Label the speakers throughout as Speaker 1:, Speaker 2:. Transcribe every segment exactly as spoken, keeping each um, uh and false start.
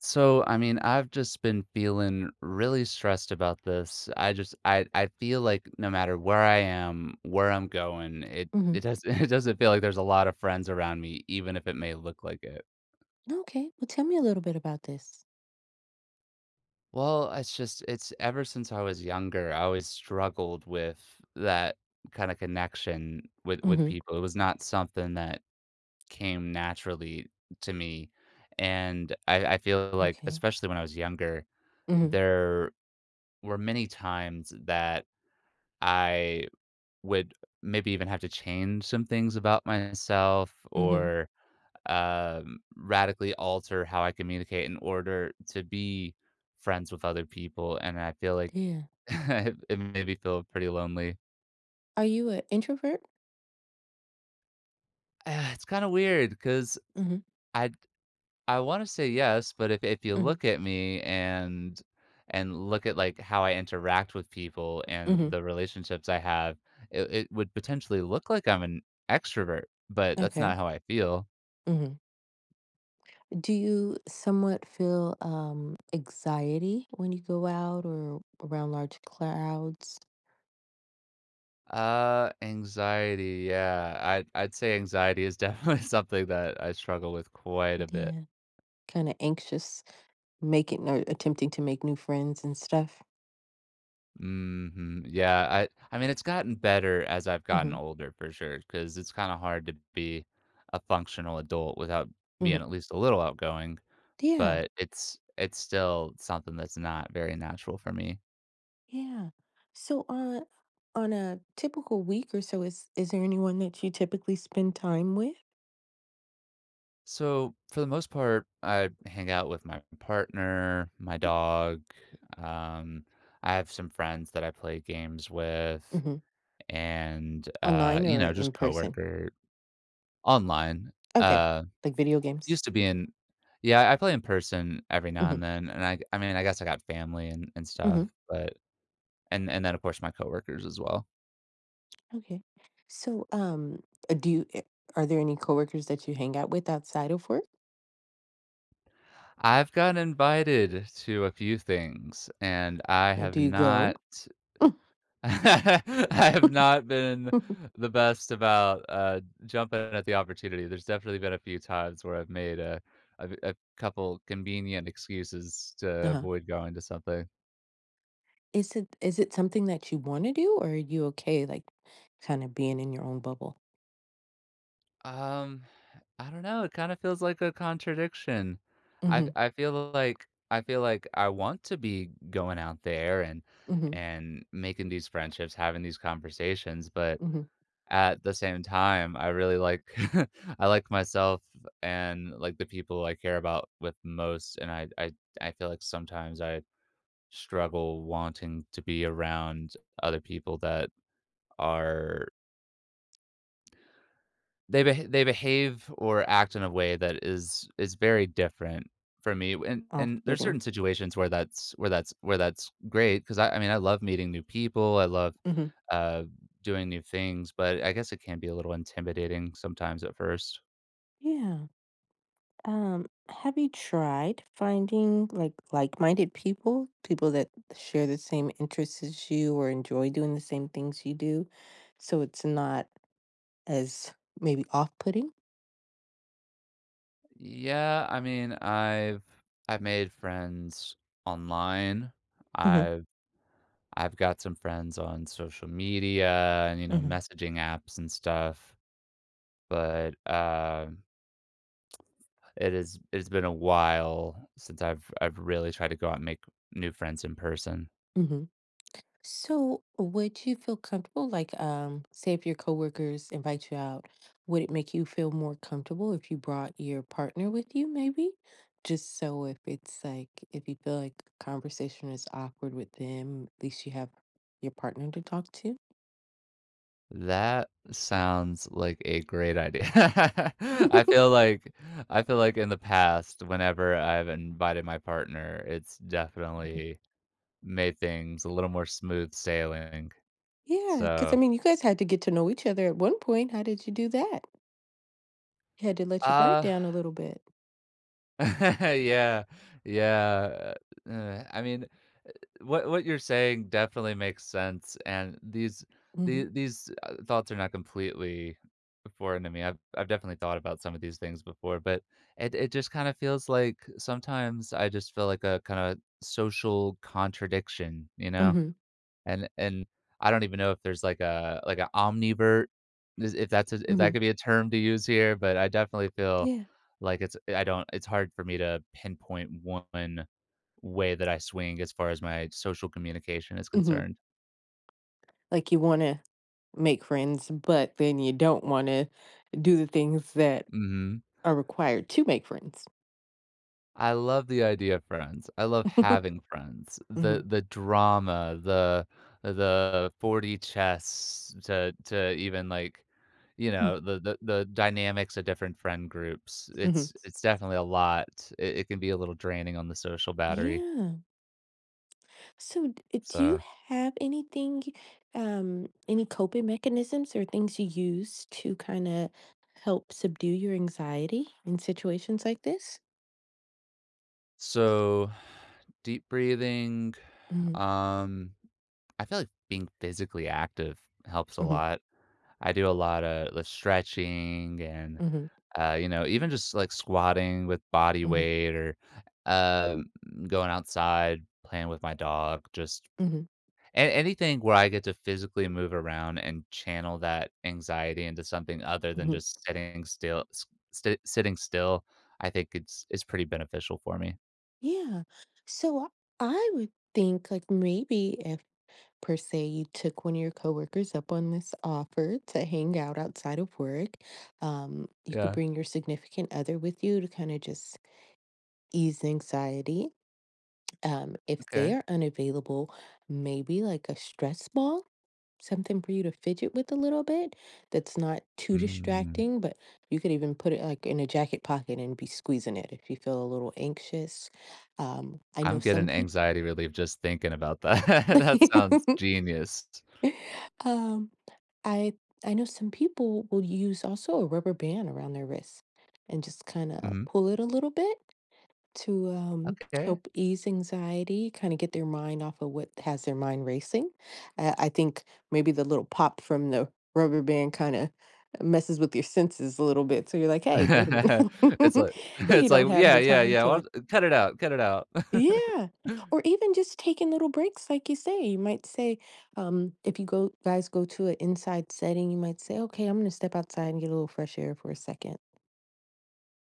Speaker 1: So, I mean, I've just been feeling really stressed about this. I just I I feel like no matter where I am, where I'm going, it
Speaker 2: Hmm.
Speaker 1: it doesn't it doesn't feel like there's a lot of friends around me, even if it may look like it.
Speaker 2: Okay. Well, tell me a little bit about this.
Speaker 1: Well, it's just it's ever since I was younger, I always struggled with that kind of connection with with
Speaker 2: Hmm.
Speaker 1: people. It was not something that came naturally to me. And I, I feel like,
Speaker 2: Okay.
Speaker 1: especially when I was younger,
Speaker 2: Hmm.
Speaker 1: there were many times that I would maybe even have to change some things about myself
Speaker 2: Hmm.
Speaker 1: or um, radically alter how I communicate in order to be friends with other people. And I feel like
Speaker 2: Yeah.
Speaker 1: it made me feel pretty lonely.
Speaker 2: Are you an introvert?
Speaker 1: Uh, It's kind of weird because
Speaker 2: Hmm.
Speaker 1: I I wanna say yes, but if if you
Speaker 2: Hmm.
Speaker 1: look at me and and look at, like, how I interact with people and
Speaker 2: Hmm.
Speaker 1: the relationships I have, it it would potentially look like I'm an extrovert, but that's
Speaker 2: Okay.
Speaker 1: not how I feel.
Speaker 2: Hmm. Do you somewhat feel um anxiety when you go out or around large crowds?
Speaker 1: Uh, anxiety, yeah, I'd I'd say anxiety is definitely something that I struggle with quite a bit.
Speaker 2: Yeah. Kind of anxious, making or attempting to make new friends and stuff.
Speaker 1: Mhm, yeah, I I mean, it's gotten better as I've gotten
Speaker 2: Hmm.
Speaker 1: older for sure, because it's kinda hard to be a functional adult without being
Speaker 2: Hmm.
Speaker 1: at least a little outgoing.
Speaker 2: Yeah.
Speaker 1: But it's it's still something that's not very natural for me.
Speaker 2: Yeah. So on on a typical week or so, is is there anyone that you typically spend time with?
Speaker 1: So, for the most part, I hang out with my partner, my dog, um, I have some friends that I play games with
Speaker 2: Hmm.
Speaker 1: and, uh,
Speaker 2: Online
Speaker 1: you
Speaker 2: or
Speaker 1: know, just
Speaker 2: in person?
Speaker 1: coworker online.
Speaker 2: Okay.
Speaker 1: Uh,
Speaker 2: Like video games.
Speaker 1: used to be in yeah, I play in person every now
Speaker 2: Hmm.
Speaker 1: and then, and I I mean, I guess I got family and and stuff,
Speaker 2: Hmm.
Speaker 1: but and and then, of course, my coworkers as well.
Speaker 2: Okay. So, um, uh, do you, uh, are there any coworkers that you hang out with outside of work?
Speaker 1: I've gotten invited to a few things, and I
Speaker 2: Or do
Speaker 1: have
Speaker 2: you go?
Speaker 1: not I have not been the best about, uh, jumping at the opportunity. There's definitely been a few times where I've made a, a a couple convenient excuses to
Speaker 2: Uh-huh.
Speaker 1: avoid going to something.
Speaker 2: Is it is it something that you want to do, or are you okay, like, kind of being in your own bubble?
Speaker 1: Um, I don't know, it kinda feels like a contradiction. I
Speaker 2: Mm-hmm.
Speaker 1: I feel like I feel like I want to be going out there and
Speaker 2: Mm-hmm.
Speaker 1: and making these friendships, having these conversations, but
Speaker 2: Mm-hmm.
Speaker 1: at the same time, I really like I like myself and, like, the people I care about with most, and I I I feel like sometimes I struggle wanting to be around other people that are they beha they behave or act in a way that is is very different from me, and and there's
Speaker 2: Off-putting.
Speaker 1: certain situations where that's where that's where that's great because I I mean, I love meeting new people, I love,
Speaker 2: Mm-hmm.
Speaker 1: uh, doing new things, but I guess it can be a little intimidating sometimes at first.
Speaker 2: Yeah. Um, have you tried finding like like-minded people, people that share the same interests as you or enjoy doing the same things you do, so it's not as maybe off-putting?
Speaker 1: Yeah, I mean, I've I've made friends online.
Speaker 2: Mhm,
Speaker 1: I've I've got some friends on social media and, you know,
Speaker 2: mhm,
Speaker 1: messaging apps and stuff, but um it is it's been a while since I've I've really tried to go out and make new friends in person.
Speaker 2: mhm. So, would you feel comfortable, like, um, say if your coworkers invite you out, would it make you feel more comfortable if you brought your partner with you, maybe? Just so if it's like, if you feel like the conversation is awkward with them, at least you have your partner to talk to.
Speaker 1: That sounds like a great idea. I feel like I feel like in the past, whenever I've invited my partner, it's definitely made things a little more smooth sailing,
Speaker 2: Yeah, because I
Speaker 1: so,
Speaker 2: mean, you guys had to get to know each other at one point. How did you do that? You had to let your guard
Speaker 1: uh
Speaker 2: down a little bit.
Speaker 1: yeah, yeah, uh, uh, I mean, what what you're saying definitely makes sense, and these
Speaker 2: Hmm.
Speaker 1: these these, uh, thoughts are not completely foreign to me. I've I've definitely thought about some of these things before, but it it just kinda feels like sometimes I just feel like a kinda social contradiction, you know?
Speaker 2: Hmm.
Speaker 1: And and I don't even know if there's like a like an omnivert, is if that's a if
Speaker 2: Hmm.
Speaker 1: that could be a term to use here, but I definitely feel
Speaker 2: Yeah.
Speaker 1: like it's I don't it's hard for me to pinpoint one way that I swing as far as my social communication is
Speaker 2: Hmm.
Speaker 1: concerned.
Speaker 2: Like you want to make friends, but then you don't want to do the things that
Speaker 1: Mhm.
Speaker 2: are required to make friends.
Speaker 1: I love the idea of friends. I love having friends. The
Speaker 2: Mhm.
Speaker 1: the drama, the the forty chess to to even like, you
Speaker 2: Mm,
Speaker 1: know, the the the dynamics of different friend groups.
Speaker 2: mhm.
Speaker 1: It's it's definitely a lot. It, it can be a little draining on the social battery.
Speaker 2: Yeah. So, d- uh, do you
Speaker 1: So
Speaker 2: have anything, um, any coping mechanisms or things you use to kind of help subdue your anxiety in situations like this?
Speaker 1: so deep breathing.
Speaker 2: Hmm.
Speaker 1: Um, I feel like being physically active helps a
Speaker 2: Hmm.
Speaker 1: lot. I do a lot of the stretching and
Speaker 2: Hmm.
Speaker 1: Uh, you know, even just like squatting with body
Speaker 2: Hmm.
Speaker 1: weight or um, going outside, playing with my dog, just
Speaker 2: Hmm.
Speaker 1: a- anything where I get to physically move around and channel that anxiety into something other than
Speaker 2: Hmm.
Speaker 1: just sitting still. S- St- sitting still, I think it's it's pretty beneficial for me.
Speaker 2: Yeah. So, I I would think like maybe if per se you took one of your coworkers up on this offer to hang out outside of work. Um, you could
Speaker 1: Yeah.
Speaker 2: bring your significant other with you to kind of just ease anxiety. Um, if they
Speaker 1: Okay.
Speaker 2: are unavailable, maybe like a stress ball, something for you to fidget with a little bit that's not too
Speaker 1: Mm,
Speaker 2: distracting, but you could even put it like in a jacket pocket and be squeezing it if you feel a little anxious. Um, I know
Speaker 1: I'm
Speaker 2: some
Speaker 1: getting
Speaker 2: people.
Speaker 1: anxiety relief just thinking about that. That sounds genius.
Speaker 2: Um, I I know some people will use also a rubber band around their wrist and just kind of
Speaker 1: Mhm.
Speaker 2: pull it a little bit to um,
Speaker 1: Okay.
Speaker 2: help ease anxiety, kind of get their mind off of what has their mind racing. I, I think maybe the little pop from the rubber band kind of messes with your senses a little bit. So you're like, hey, wait a
Speaker 1: It's
Speaker 2: minute.
Speaker 1: like
Speaker 2: You
Speaker 1: it's
Speaker 2: don't
Speaker 1: like,
Speaker 2: have
Speaker 1: "Yeah,
Speaker 2: the
Speaker 1: yeah,
Speaker 2: time
Speaker 1: yeah,
Speaker 2: to.
Speaker 1: well, cut it out, cut it out."
Speaker 2: Yeah. Or even just taking little breaks, like you say. You might say, um, if you go guys go to an inside setting, you might say, okay, I'm gonna step outside and get a little fresh air for a second.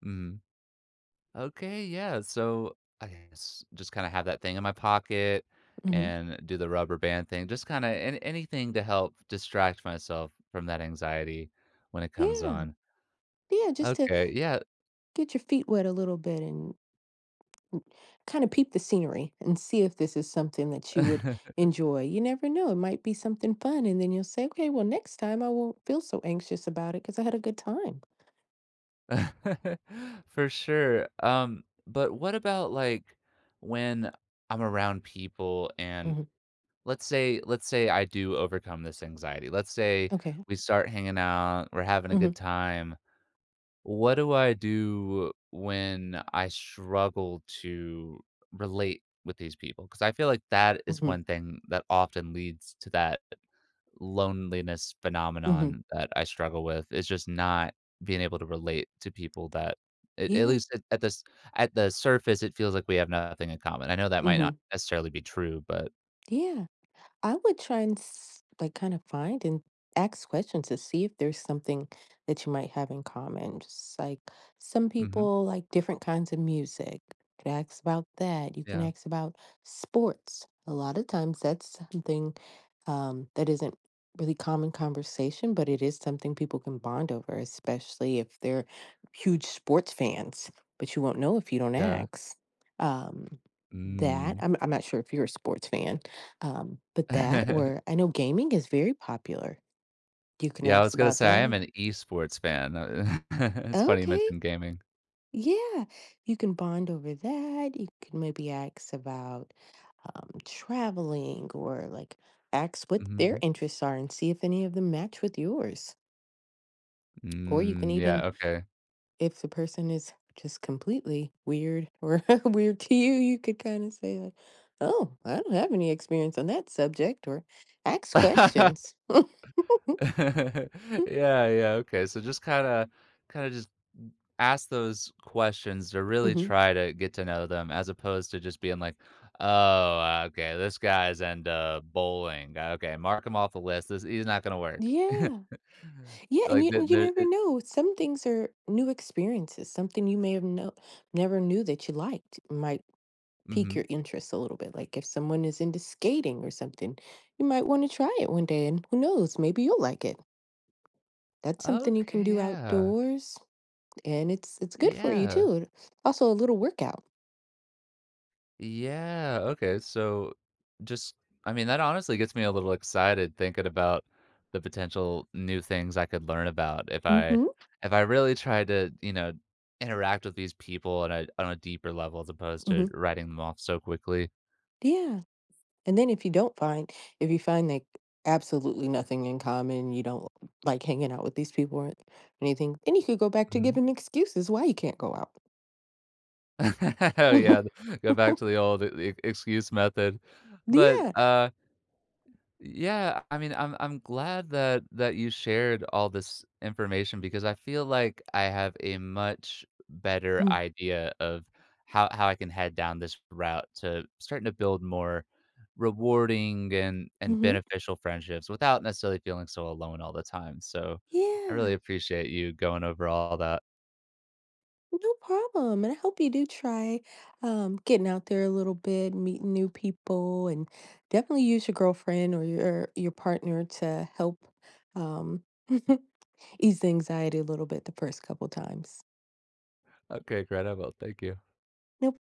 Speaker 1: Mhm. Okay, yeah, so I guess just kinda have that thing in my pocket
Speaker 2: Mm-hmm.
Speaker 1: and do the rubber band thing, just kinda an anything to help distract myself from that anxiety when it comes
Speaker 2: Yeah.
Speaker 1: on.
Speaker 2: Yeah, just to
Speaker 1: Okay, yeah.
Speaker 2: get your feet wet a little bit and kind of peep the scenery and see if this is something that you would enjoy. You never know. It might be something fun. And then you'll say, okay, well, next time I won't feel so anxious about it because I had a good time.
Speaker 1: For sure, um, but what about, like, when I'm around people and
Speaker 2: Hmm.
Speaker 1: Let's say let's say I do overcome this anxiety. Let's say
Speaker 2: Okay.
Speaker 1: we start hanging out, we're having a
Speaker 2: Hmm.
Speaker 1: good time. What do I do when I struggle to relate with these people? Because I feel like that is
Speaker 2: Hmm.
Speaker 1: one thing that often leads to that loneliness
Speaker 2: Hmm.
Speaker 1: phenomenon that I struggle with is just not being able to relate to people that at at
Speaker 2: Yeah.
Speaker 1: least at, at this at the surface it feels like we have nothing in common. I know that might
Speaker 2: Hmm.
Speaker 1: not necessarily be true, but
Speaker 2: Yeah. I would try and s like, kinda find and ask questions to see if there's something that you might have in common. Just like, some
Speaker 1: mhm.
Speaker 2: people like different kinds of music. You could ask about that. You can
Speaker 1: yeah,
Speaker 2: ask about sports. A lot of times that's something, um, that isn't really common conversation, but it is something people can bond over, especially if they're huge sports fans, but you won't know if you don't
Speaker 1: yeah.
Speaker 2: ask. Um, that
Speaker 1: Mm.
Speaker 2: I'm I'm not sure if you're a sports fan, um, but that or I know gaming is very popular. You can
Speaker 1: Yeah, I
Speaker 2: ask
Speaker 1: was gonna
Speaker 2: about
Speaker 1: say I am
Speaker 2: that.
Speaker 1: an esports fan. Uh, it's funny you
Speaker 2: Okay.
Speaker 1: mentioned gaming.
Speaker 2: Yeah. You can bond over that. You can maybe ask about um, traveling or like ask what their
Speaker 1: Mhm.
Speaker 2: interests are and see if any of them match with yours. Or you can
Speaker 1: Mm,
Speaker 2: even,
Speaker 1: yeah, okay.
Speaker 2: if the person is just completely weird or weird to you, you could kind of say, like, oh, I don't have any experience on that subject or ask questions.
Speaker 1: Yeah, yeah, okay, so just kinda kinda just ask those questions to really
Speaker 2: Hmm.
Speaker 1: try to get to know them as opposed to just being like, "Oh, okay, this guy's into bowling. Uh, Okay, mark him off the list. This he's not gonna work."
Speaker 2: Yeah. Yeah, and
Speaker 1: Like,
Speaker 2: you
Speaker 1: the
Speaker 2: you
Speaker 1: the
Speaker 2: never
Speaker 1: it
Speaker 2: know. Some things are new experiences. Something you may have no, never knew that you liked might pique
Speaker 1: mhm.
Speaker 2: your interest a little bit. Like if someone is into skating or something, you might want to try it one day, and who knows, maybe you'll like it. That's something you can
Speaker 1: Okay,
Speaker 2: do
Speaker 1: yeah.
Speaker 2: outdoors, and it's it's good for you
Speaker 1: Yeah.
Speaker 2: too. Also, a little workout.
Speaker 1: Yeah, okay, so just I mean, that honestly gets me a little excited thinking about the potential new things I could learn about if I
Speaker 2: Mm-hmm.
Speaker 1: if I really tried to, you know, interact with these people on a on a deeper level as opposed to
Speaker 2: Mm-hmm.
Speaker 1: writing them off so quickly.
Speaker 2: Yeah. And then if you don't find if you find, like, absolutely nothing in common, you don't like hanging out with these people or anything, then you could go back to
Speaker 1: Mhm.
Speaker 2: giving excuses why you can't go out.
Speaker 1: Oh yeah, th- go back to the old e e excuse method, but,
Speaker 2: Yeah.
Speaker 1: uh yeah, I mean, I'm I'm glad that that you shared all this information because I feel like I have a much better
Speaker 2: Mm,
Speaker 1: idea of how how I can head down this route to starting to build more rewarding and and
Speaker 2: mhm.
Speaker 1: beneficial friendships without necessarily feeling so alone all the time. So I really
Speaker 2: Yeah,
Speaker 1: appreciate you going over all that.
Speaker 2: no problem, and I hope you do try, um, getting out there a little bit, meeting new people, and definitely use your girlfriend or your your partner to help, um, ease the anxiety a little bit the first couple times.
Speaker 1: Okay, incredible. Thank you.
Speaker 2: No